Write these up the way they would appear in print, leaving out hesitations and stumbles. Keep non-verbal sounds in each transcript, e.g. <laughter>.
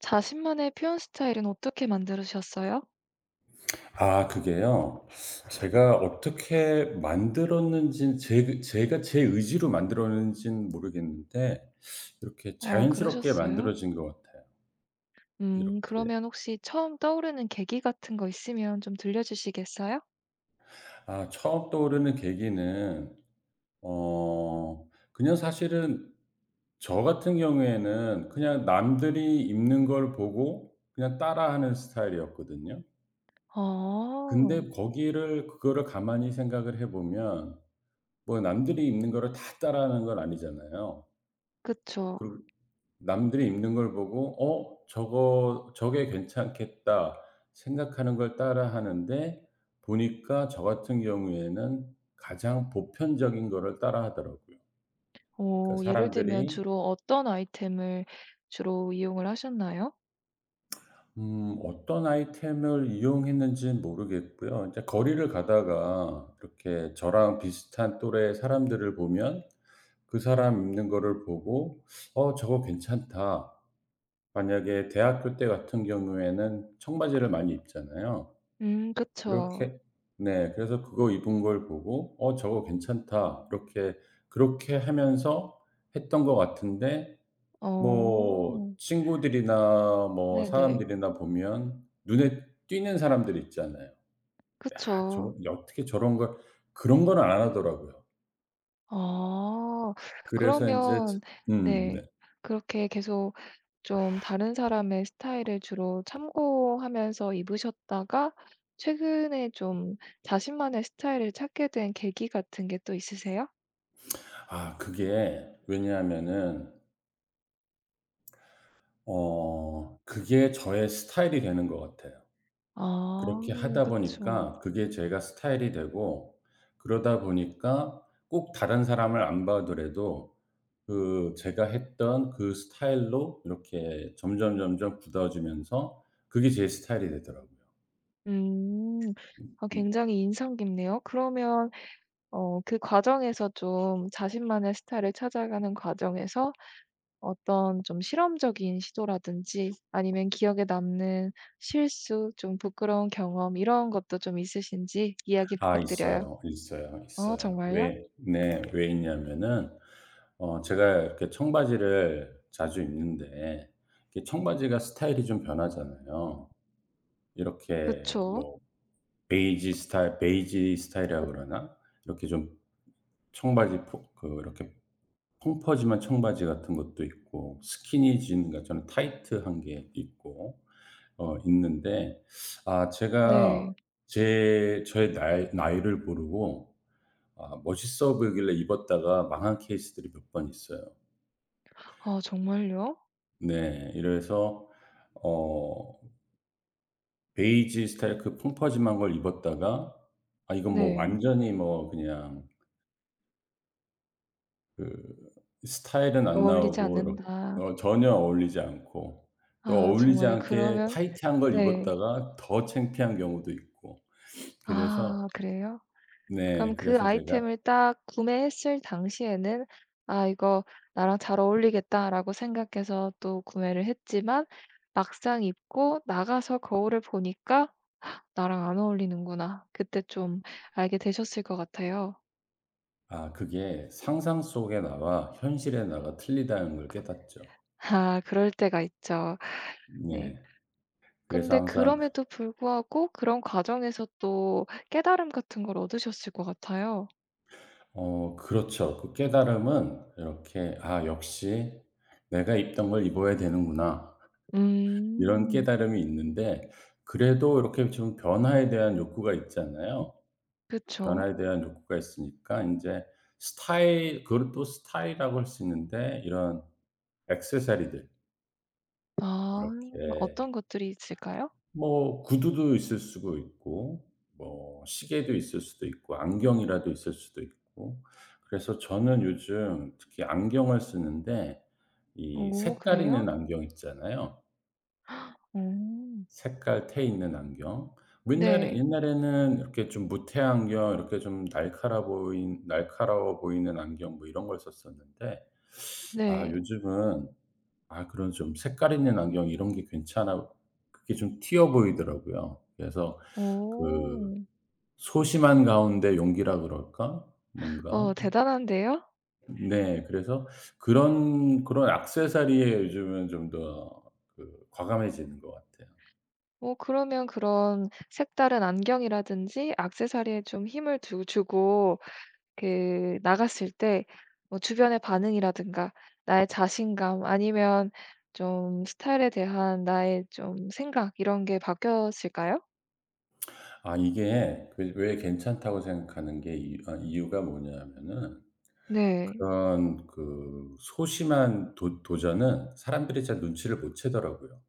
자신만의 표현 스타일은 어떻게 만들으셨어요? 그게요. 제가 어떻게 만들었는지는 제 그 제가 제 의지로 만들었는지는 모르겠는데 이렇게 자연스럽게 그러셨어요? 만들어진 것 같아요. 이렇게. 그러면 혹시 처음 떠오르는 계기 같은 거 있으면 좀 들려주시겠어요? 처음 떠오르는 계기는 그냥 사실은 저 같은 경우에는 그냥 남들이 입는 걸 보고 그냥 따라하는 스타일이었거든요. 어 근데 거기를 그거를 가만히 생각을 해 보면 뭐 남들이 입는 거를 다 따라하는 건 아니잖아요. 그쵸. 그리고 남들이 입는 걸 보고 '어 저거 저게 괜찮겠다.' 생각하는 걸 따라하는데 보니까 저 같은 경우에는 가장 보편적인 거를 따라하더라고요. 그러니까 예를 들면 사람들이, 주로 어떤 아이템을 주로 이용을 하셨나요? 음, 어떤 아이템을 이용했는지는 모르겠고요. 이제 거리를 가다가 이렇게 저랑 비슷한 또래의 사람들을 보면 그 사람 입는 거를 보고 '어 저거 괜찮다.' 만약에 대학교 때 같은 경우에는 청바지를 많이 입잖아요. 그쵸. 그렇게. 네. 그래서 그거 입은 걸 보고 '어 저거 괜찮다.' 이렇게 그렇게 하면서 했던 것 같은데, 어 뭐 친구들이나 뭐 네네. 사람들이나 보면 눈에 띄는 사람들 있잖아요. '야 저거 그쵸. 어떻게 저런 걸' 그런 건 안 하더라고요. 아 그래서 인제 지, 그러면 음, 네 네. 그렇게 계속 좀 다른 사람의 스타일을 주로 참고하면서 입으셨다가 최근에 좀 자신만의 스타일을 찾게 된 계기 같은 게 또 있으세요? 그게 왜냐하면은 그게 저의 스타일이 되는 것 같아요. 아 그렇게 하다 그쵸. 보니까 그게 제가 스타일이 되고 그러다 보니까 꼭 다른 사람을 안 봐더라도 그 제가 했던 그 스타일로 이렇게 점점점점 굳어지면서 그게 제 스타일이 되더라고요. 음. 아 굉장히 인상 깊네요. 그러면 그 과정에서 좀 자신만의 스타일을 찾아가는 과정에서 어떤 좀 실험적인 시도라든지 아니면 기억에 남는 실수, 좀 부끄러운 경험 이런 것도 좀 있으신지 이야기 아 부탁드려요. 있어요. 있어요, 아 있어요. 정말요? 왜 네. 왜 있냐면은 제가 이렇게 청바지를 자주 입는데 이게 청바지가 스타일이 좀 변하잖아요. 이렇게 그쵸. 뭐 베이지 스타일이라 그러나? 이렇게 좀 청바지 포 그 이렇게 펑퍼짐한 청바지 같은 것도 있고 스키니진, 그러니까 저는 타이트한 게 있고 어 있는데, 아 제가 네. 제 저의 나이 나이를 모르고 아 멋있어 보이길래 입었다가 망한 케이스들이 몇 번 있어요. 아 정말요? 네. 이래서, 어, 베이지 스타일 그 펑퍼짐한 걸 입었다가 아 이건 뭐 네. 완전히 뭐 그냥 그 스타일은 안 "어울리지 나오고 이렇 않는다." 어 전혀 어울리지 않고 또 아 어울리지 정말요? 않게 그러면 타이트한 걸 네. 입었다가 더 창피한 경우도 있고. 그래서 아 그래요? 네 그럼 그 그래서 제가, 아이템을 딱 구매했을 당시에는 '아 이거 나랑 잘 어울리겠다.'라고 생각해서 또 구매를 했지만 막상 입고 나가서 거울을 보니까 '나랑 안 어울리는구나.' 그때 좀 알게 되셨을 것 같아요. 그게 상상 속의 나와 현실의 나가 틀리다는 걸 깨닫죠. 아 그럴 때가 있죠. 네. 네. 그래서 근데 항상. 그럼에도 불구하고 그런 과정에서 또 깨달음 같은 걸 얻으셨을 것 같아요. 그렇죠. 그 깨달음은 이렇게 '아 역시 내가 입던 걸 입어야 되는구나.' 이런 음. 깨달음이 있는데 그래도 이렇게 좀 변화에 대한 욕구가 있잖아요. 그쵸. 변화에 대한 욕구가 있으니까 이제 스타일, 그것도 스타일이라고 할 수 있는데 이런 액세서리들, 아 이렇게 어떤 것들이 있을까요? 뭐 구두도 있을 수도 있고 뭐 시계도 있을 수도 있고 안경이라도 있을 수도 있고. 그래서 저는 요즘 특히 안경을 쓰는데 이 오 색깔 있는 그래요? 안경 있잖아요. 음. 색깔 테 있는 안경. 뭐 네. 옛날에는 이렇게 좀 무테 안경 이렇게 좀 날카라 보인 날카로워 보이는 안경 뭐 이런 걸 썼었는데 아 네. 요즘은 아 그런 좀 색깔 있는 안경 이런 게 괜찮아. 그게 좀 튀어 보이더라고요. 그래서 그 오. 소심한 가운데 용기라 그럴까? 뭔가. 대단한데요? 네. 그래서 그런 액세서리에 요즘은 좀 더 그 과감해지는 것 같아요. 그러면 그런 색다른 안경이라든지 액세서리에 좀 힘을 두 주고 그 나갔을 때 뭐 주변의 반응이라든가 나의 자신감 아니면 좀 스타일에 대한 나의 좀 생각 이런 게 바뀌었을까요? 아 이게 그 왜왜 괜찮다고 생각하는 게 이 아 이유가 뭐냐면은, 네. 그런 그 소심한 도 도전은 사람들이 잘 눈치를 못 채더라고요.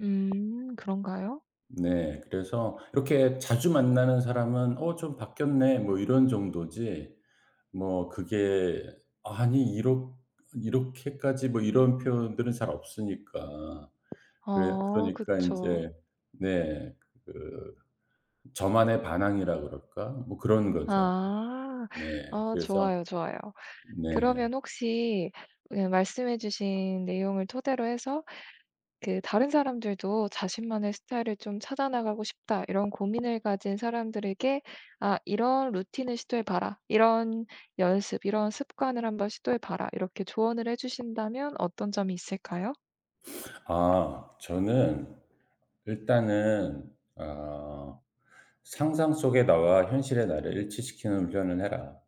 음 그런가요? 네. 그래서 이렇게 자주 만나는 사람은 '어 좀 바뀌었네.' 뭐 이런 정도지 뭐 그게 아니 이렇게까지 뭐 이런 표현들은 잘 없으니까. 그래 어 그러니까 이 그쵸. 제 네. 그 저만의 반항이라 그럴까? 뭐 그런 거죠. 아. 네. 그래서. 좋아요, 좋아요. 네. 그러면 혹시 예 말씀해 주신 내용을 토대로 해서 그 다른 사람들도 자신만의 스타일을 좀 찾아 나가고 싶다 이런 고민을 가진 사람들에게 "아 이런 루틴을 시도해 봐라. 이런 연습, 이런 습관을 한번 시도해 봐라." 이렇게 조언을 해 주신다면 어떤 점이 있을까요? 아 저는 일단은 아 "상상 속의 나와 현실의 나를 일치시키는 훈련을 해라."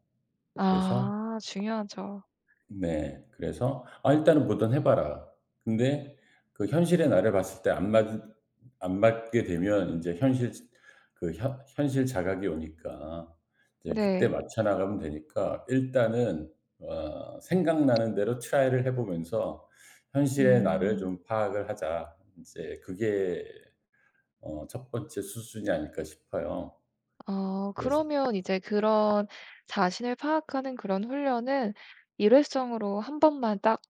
그래서 아 중요하죠. 네. 그래서 "아 일단은 뭐든 해 봐라." 근데 그 현실의 나를 봤을 때 안맞안 맞게 되면 인제 현실 지 그 현 현실 자각이 오니까 이제 그때 네. 맞춰 나가면 되니까 일단은 어 생각나는 대로 try를 해 보면서 '현실의 나를 음. 좀 파악을 하자.' 인제 그게 어 첫 번째 수순이 아닐까 싶어요. 그래서. 그러면 이제 그런 자신을 파악하는 그런 훈련은 일회성으로 한 번만 딱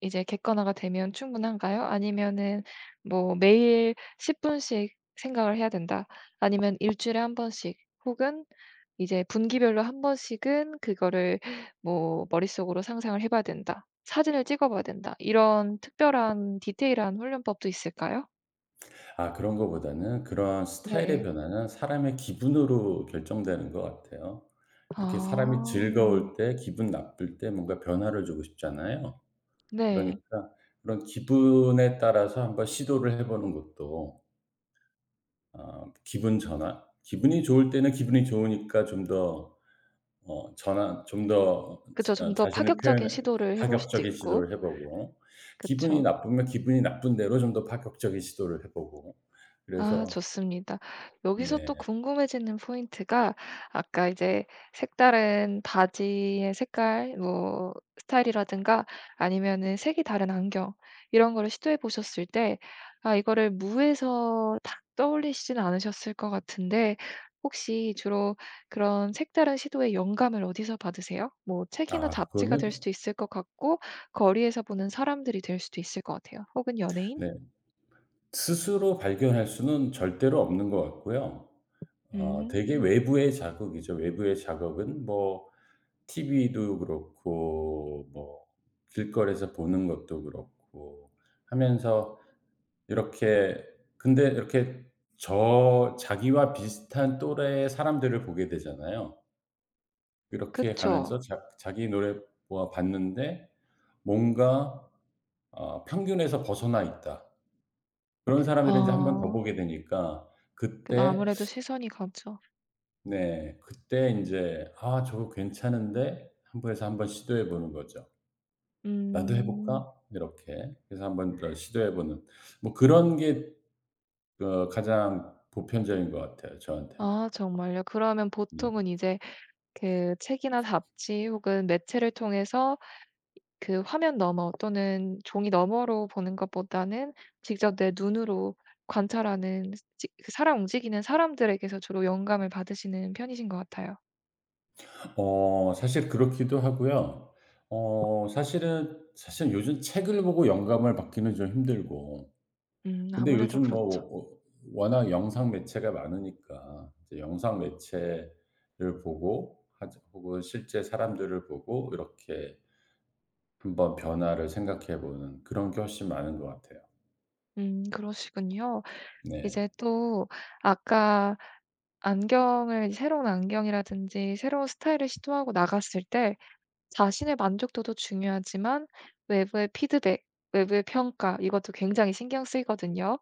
이제 객관화가 되면 충분한가요? 아니면은 뭐 매일 10 분씩 생각을 해야 된다. 아니면 일 주일에 한 번씩 혹은 이제 분기별로 한 번씩은 그거를 뭐 머릿속으로 상상을 해 봐야 된다. 사진을 찍어 봐야 된다. 이런 특별한 디테일한 훈련법도 있을까요? 아 그런 거보다는 그런 스타일의 네. 변화는 사람의 기분으로 결정되는 것 같아요. 이렇게 사람이 즐거울 아. 때 기분 나쁠 때 뭔가 변화를 주고 싶잖아요. 네. 그러니까 그런 기분에 따라서 한번 시도를 해 보는 것도 어 기분이 좋을 때는 기분이 좋으니까 좀 더 어 전환 좀 더 그쵸. 좀 더 자신을 표현 파격적인 해 시도를 해볼 수도 파격적인 있고. 시도를 해 보고, 기분이 그쵸. 나쁘면 기분이 나쁜 대로 좀 더 파격적인 시도를 해 보고. 아 그래서. 좋습니다. 여기서 또 네. 궁금해지는 포인트가 아까 이제 색다른 바지의 색깔 뭐 스타일이라든가 아니면은 색이 다른 안경 이런 거를 시도해 보셨을 때 아 이거를 무에서 딱 떠올리시진 않으셨을 것 같은데 혹시 주로 그런 색다른 시도의 영감을 어디서 받으세요? 뭐 책이나 잡지가 될 그거는. 수도 있을 것 같고 거리에서 보는 사람들이 될 수도 있을 것 같아요. 혹은 연예인? 네. 스스로 발견할 수는 절대로 없는 것 같고요. 어 되게 음. 외부의 자극이죠. 외부의 자극은 뭐 TV도 그렇고 뭐 길거리에서 보는 것도 그렇고 하면서 이렇게, 근데 이렇게 자기와 비슷한 또래의 사람들을 보게 되잖아요. 이렇게 가면서 그쵸. 자 자기 노래 뭐 봤는데 뭔가 어 '평균에서 벗어나 있다.' 그런 사람들을 인제 한 번 더 아. 보게 되니까 그 그때. 아무래도 시선이 가죠. 네 그때 인제 '아 저거 괜찮은데?' 한번 해서 한번 시도해 보는 거죠. '나도 해 음. 볼까?' 이렇게 해서 한번 더 시도해 보는 뭐 그런 게 어 가장 보편적인 것 같아요 저한테는. 아 정말요? 그러면 네. 보통은 이제 그 책이나 잡지 혹은 매체를 통해서 그 화면 너머 또는 종이 너머로 보는 것보다는 직접 내 눈으로 관찰하는 그 사람 움직이는 사람들에게서 주로 영감을 받으시는 편이신 것 같아요. 어 사실 그렇기도 하고요. 어 사실 요즘 책을 보고 영감을 받기는 좀 힘들고 근데 아무래도 요즘 뭐 그렇죠. 워 워낙 영상 매체가 많으니까 이제 영상 매체를 보고 하 혹은 실제 사람들을 보고 이렇게 한번 변화를 생각해 보는 그런 게 훨씬 많은 것 같아요. 그러시군요. 네. 이제 또 아까 안경을 새로운 안경이라든지 새로운 스타일을 시도하고 나갔을 때 자신의 만족도도 중요하지만 외부의 피드백, 외부의 평가 이것도 굉장히 신경 쓰이거든요.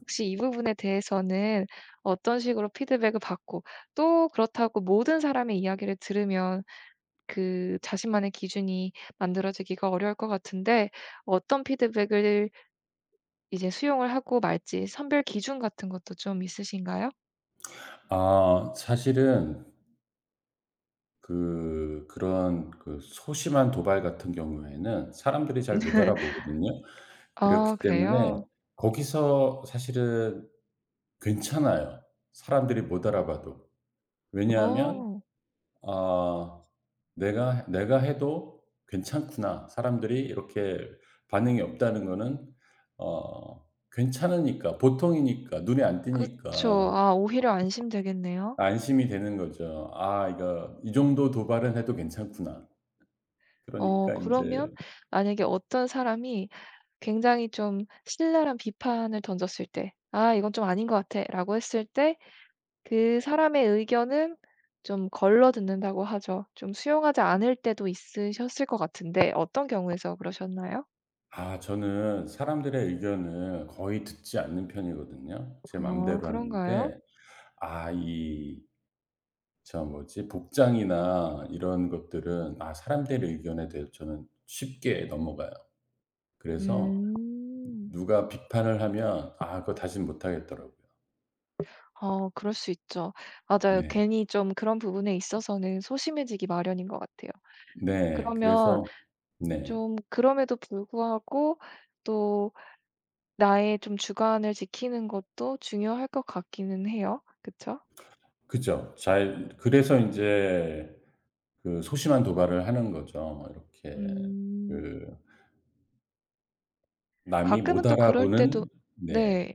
혹시 이 부분에 대해서는 어떤 식으로 피드백을 받고 또 그렇다고 모든 사람의 이야기를 들으면 그 자신만의 기준이 만들어지기가 어려울 것 같은데 어떤 피드백을 이제 수용을 하고 말지 선별 기준 같은 것도 좀 있으신가요? 아 사실은 그런 그 소심한 도발 같은 경우에는 사람들이 잘 못 <laughs> 알아보거든요. 아 그렇기 때문에 그래요? 거기서 사실은 괜찮아요, 사람들이 못 알아봐도. 왜냐하면 어. 아 내가 해도 괜찮구나. 사람들이 이렇게 반응이 없다는 거는 어 괜찮으니까 보통이니까 눈에 안 그쵸. 띄니까 아 오히려 안심되겠네요. 안심이 되는 거죠. 아 이거 이 정도 도발은 해도 괜찮구나.' 그러니까 이제. 그러면 만약에 어떤 사람이 굉장히 좀 신랄한 비판을 던졌을 때 '아 이건 좀 아닌 것 같아.'라고 했을 때 그 사람의 의견은 좀 걸러 듣는다고 하죠. 좀 수용하지 않을 때도 있으셨을 것 같은데 어떤 경우에서 그러셨나요? 아 저는 사람들의 의견을 거의 듣지 않는 편이거든요, 제 아 맘대로 그런가요? 하는데. 아이 저 뭐지, 복장이나 이런 것들은 아 사람들의 의견에 대해 저는 쉽게 넘어가요. 그래서 음. 누가 비판을 하면 아 그거 다시는 못 하겠더라고요. 그럴 수 있죠. 맞아요. 네. 괜히 좀 그런 부분에 있어서는 소심해지기 마련인 것 같아요. 네. 그러면 그래서. 네. 좀 그럼에도 불구하고 또 나의 좀 주관을 지키는 것도 중요할 것 같기는 해요. 그쵸? 그죠. 잘 그래서 인제 그 소심한 도발을 하는 거죠. 이렇게 음. 그 남이 못 가끔은 또 그럴 때도 알아보는. 네. 네.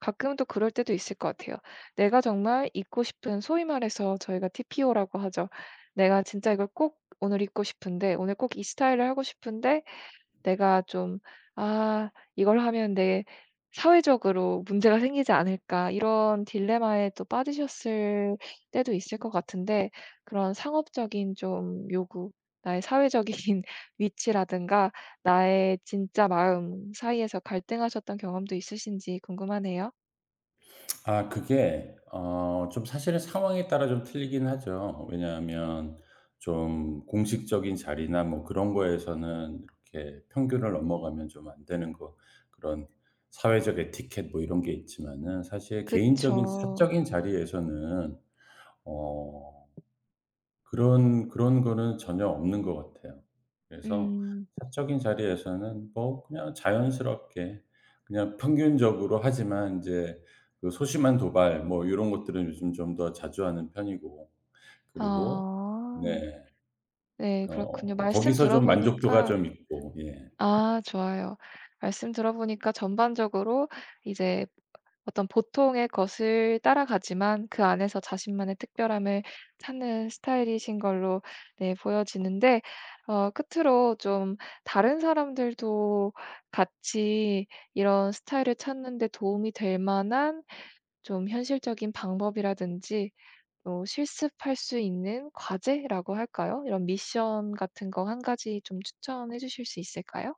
가끔은 또 그럴 때도 있을 것 같아요. 내가 정말 입고 싶은 소위 말해서 저희가 TPO라고 하죠. 내가 진짜 이걸 꼭 오늘 입고 싶은데 오늘 꼭 이 스타일을 하고 싶은데 내가 좀 '아 이걸 하면 내 사회적으로 문제가 생기지 않을까.' 이런 딜레마에 또 빠지셨을 때도 있을 것 같은데 그런 상업적인 좀 요구, 나의 사회적인 <laughs> 위치라든가 나의 진짜 마음 사이에서 갈등하셨던 경험도 있으신지 궁금하네요. 아 그게 어 좀 사실은 상황에 따라 좀 틀리긴 하죠. 왜냐하면 좀 공식적인 자리나 뭐 그런 거에서는 이렇게 평균을 넘어가면 좀 안 되는 거 그런 사회적 에티켓 뭐 이런 게 있지만은 사실 개인적인 그쵸. 사적인 자리에서는 어 그런 거는 전혀 없는 것 같아요. 그래서 음. 사적인 자리에서는 뭐 그냥 자연스럽게 그냥 평균적으로 하지만 인제 그 소심한 도발 뭐 요런 것들은 요즘 좀 더 자주 하는 편이고. 그리고. 아. 네. 네 그렇군요. 어 말씀 거기서 좀 만족도가 들어보니까 좀 있고. 예. 아 좋아요. 말씀 들어보니까 전반적으로 이제 어떤 보통의 것을 따라가지만 그 안에서 자신만의 특별함을 찾는 스타일이신 걸로 네 보여지는데 끝으로 좀 다른 사람들도 같이 이런 스타일을 찾는 데 도움이 될 만한 좀 현실적인 방법이라든지 또 실습할 수 있는 과제라고 할까요? 이런 미션 같은 거 한 가지 좀 추천해 주실 수 있을까요?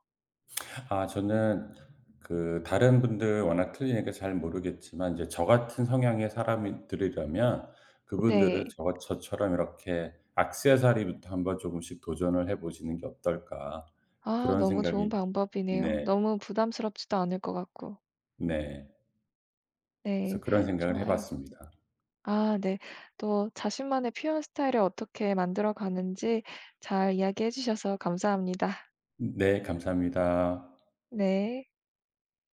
아 저는 그 다른 분들 워낙 틀리니까 잘 모르겠지만 이제 저 같은 성향의 사람이 들이라면 그분들은 네. 저처럼 이렇게 악세사리부터 한번 조금씩 도전을 해 보시는 게 어떨까.' 아 그런 너무 좋은 생각이. 방법이네요. 네. 너무 부담스럽지도 않을 것 같고. 네. 그래서 네. 그런 생각을 해 좋아요. 봤습니다. 아 네. 또 자신만의 표현 스타일을 어떻게 만들어 가는지 잘 이야기해 주셔서 감사합니다. 네 감사합니다. 네.